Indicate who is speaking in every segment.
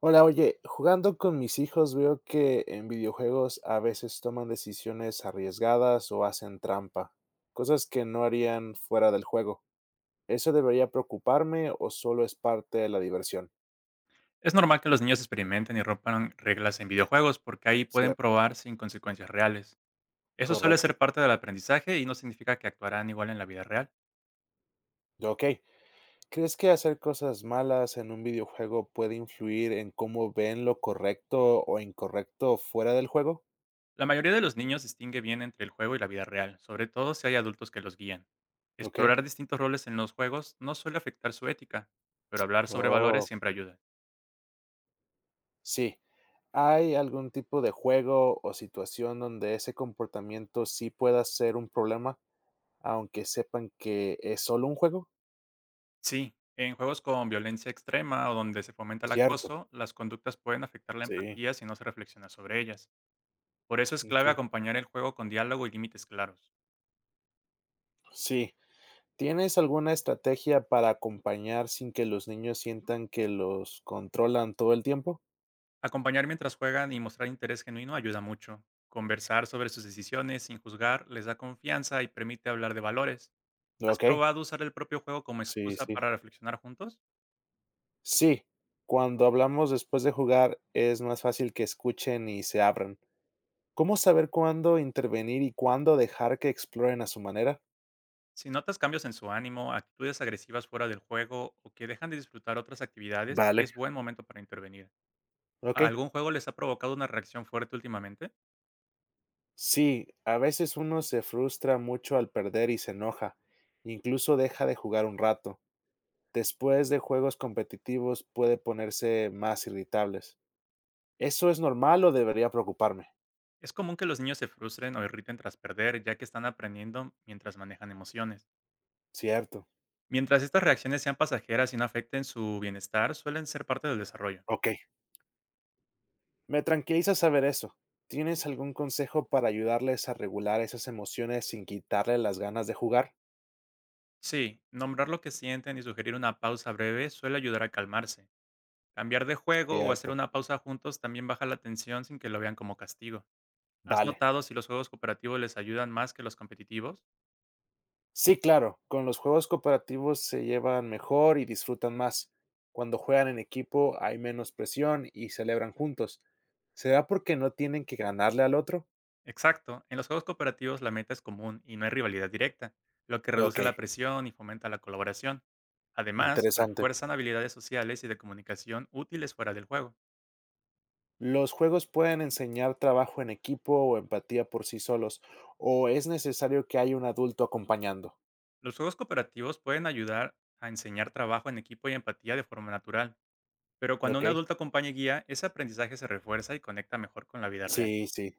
Speaker 1: Hola, oye, jugando con mis hijos veo que en videojuegos a veces toman decisiones arriesgadas o hacen trampa, cosas que no harían fuera del juego. ¿Eso debería preocuparme o solo es parte de la diversión?
Speaker 2: Es normal que los niños experimenten y rompan reglas en videojuegos porque ahí pueden
Speaker 1: Cierto.
Speaker 2: probar sin consecuencias reales. Eso suele
Speaker 1: Correcto.
Speaker 2: ser parte del aprendizaje y no significa que actuarán igual en la vida real.
Speaker 1: Ok. ¿Crees que hacer cosas malas en un videojuego puede influir en cómo ven lo correcto o incorrecto fuera del juego?
Speaker 2: La mayoría de los niños distingue bien entre el juego y la vida real, sobre todo si hay adultos que los guían.
Speaker 1: Ok.
Speaker 2: Explorar distintos roles en los juegos no suele afectar su ética, pero hablar sobre valores
Speaker 1: Oh.
Speaker 2: siempre ayuda.
Speaker 1: Sí. ¿Hay algún tipo de juego o situación donde ese comportamiento sí pueda ser un problema, aunque sepan que es solo un juego?
Speaker 2: Sí, en juegos con violencia extrema o donde se fomenta el
Speaker 1: Cierto,
Speaker 2: acoso, las conductas pueden afectar la
Speaker 1: sí.
Speaker 2: empatía si no se reflexiona sobre ellas. Por eso es clave
Speaker 1: Okey.
Speaker 2: acompañar el juego con diálogo y límites claros.
Speaker 1: Sí. ¿Tienes alguna estrategia para acompañar sin que los niños sientan que los controlan todo el tiempo?
Speaker 2: Acompañar mientras juegan y mostrar interés genuino ayuda mucho. Conversar sobre sus decisiones sin juzgar les da confianza y permite hablar de valores. ¿Has
Speaker 1: Okey.
Speaker 2: probado usar el propio juego como
Speaker 1: Sí,
Speaker 2: excusa
Speaker 1: sí.
Speaker 2: para reflexionar juntos?
Speaker 1: Sí, cuando hablamos después de jugar, es más fácil que escuchen y se abran. ¿Cómo saber cuándo intervenir y cuándo dejar que exploren a su manera?
Speaker 2: Si notas cambios en su ánimo, actitudes agresivas fuera del juego o que dejan de disfrutar otras actividades,
Speaker 1: Vale,
Speaker 2: es buen momento para intervenir.
Speaker 1: ok.
Speaker 2: ¿A ¿Algún juego les ha provocado una reacción fuerte últimamente?
Speaker 1: Sí, a veces uno se frustra mucho al perder y se enoja, incluso deja de jugar un rato. Después de juegos competitivos puede ponerse más irritables. ¿Eso es normal o debería preocuparme?
Speaker 2: Es común que los niños se frustren o irriten tras perder, ya que están aprendiendo mientras manejan emociones.
Speaker 1: Cierto.
Speaker 2: Mientras estas reacciones sean pasajeras y no afecten su bienestar, suelen ser parte del desarrollo.
Speaker 1: Ok. Me tranquiliza saber eso. ¿Tienes algún consejo para ayudarles a regular esas emociones sin quitarle las ganas de jugar?
Speaker 2: Sí, nombrar lo que sienten y sugerir una pausa breve suele ayudar a calmarse. Cambiar de juego o hacer
Speaker 1: Cierto.
Speaker 2: una pausa juntos también baja la tensión sin que lo vean como castigo. ¿Has
Speaker 1: Vale.
Speaker 2: notado si los juegos cooperativos les ayudan más que los competitivos?
Speaker 1: Sí, claro, con los juegos cooperativos se llevan mejor y disfrutan más. Cuando juegan en equipo hay menos presión y celebran juntos. ¿Será porque no tienen que ganarle al otro?
Speaker 2: Exacto, en los juegos cooperativos la meta es común y no hay rivalidad directa, lo que reduce
Speaker 1: Ok,
Speaker 2: la presión y fomenta la colaboración. Además,
Speaker 1: interesante.
Speaker 2: refuerzan habilidades sociales y de comunicación útiles fuera del juego.
Speaker 1: ¿Los juegos pueden enseñar trabajo en equipo o empatía por sí solos? ¿O es necesario que haya un adulto acompañando?
Speaker 2: Los juegos cooperativos pueden ayudar a enseñar trabajo en equipo y empatía de forma natural, pero cuando
Speaker 1: Ok,
Speaker 2: un adulto acompaña y guía, ese aprendizaje se refuerza y conecta mejor con la vida real.
Speaker 1: sí, sí.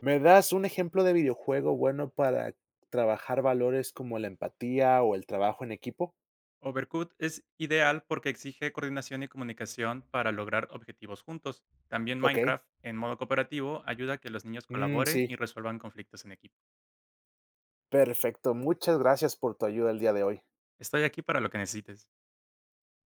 Speaker 1: ¿Me das un ejemplo de videojuego bueno para trabajar valores como la empatía o el trabajo en equipo?
Speaker 2: Overcooked es ideal porque exige coordinación y comunicación para lograr objetivos juntos. También
Speaker 1: Ok,
Speaker 2: Minecraft, en modo cooperativo, ayuda a que los niños colaboren
Speaker 1: sí.
Speaker 2: y resuelvan conflictos en equipo.
Speaker 1: Perfecto, muchas gracias por tu ayuda el día de hoy.
Speaker 2: Estoy aquí para lo que necesites.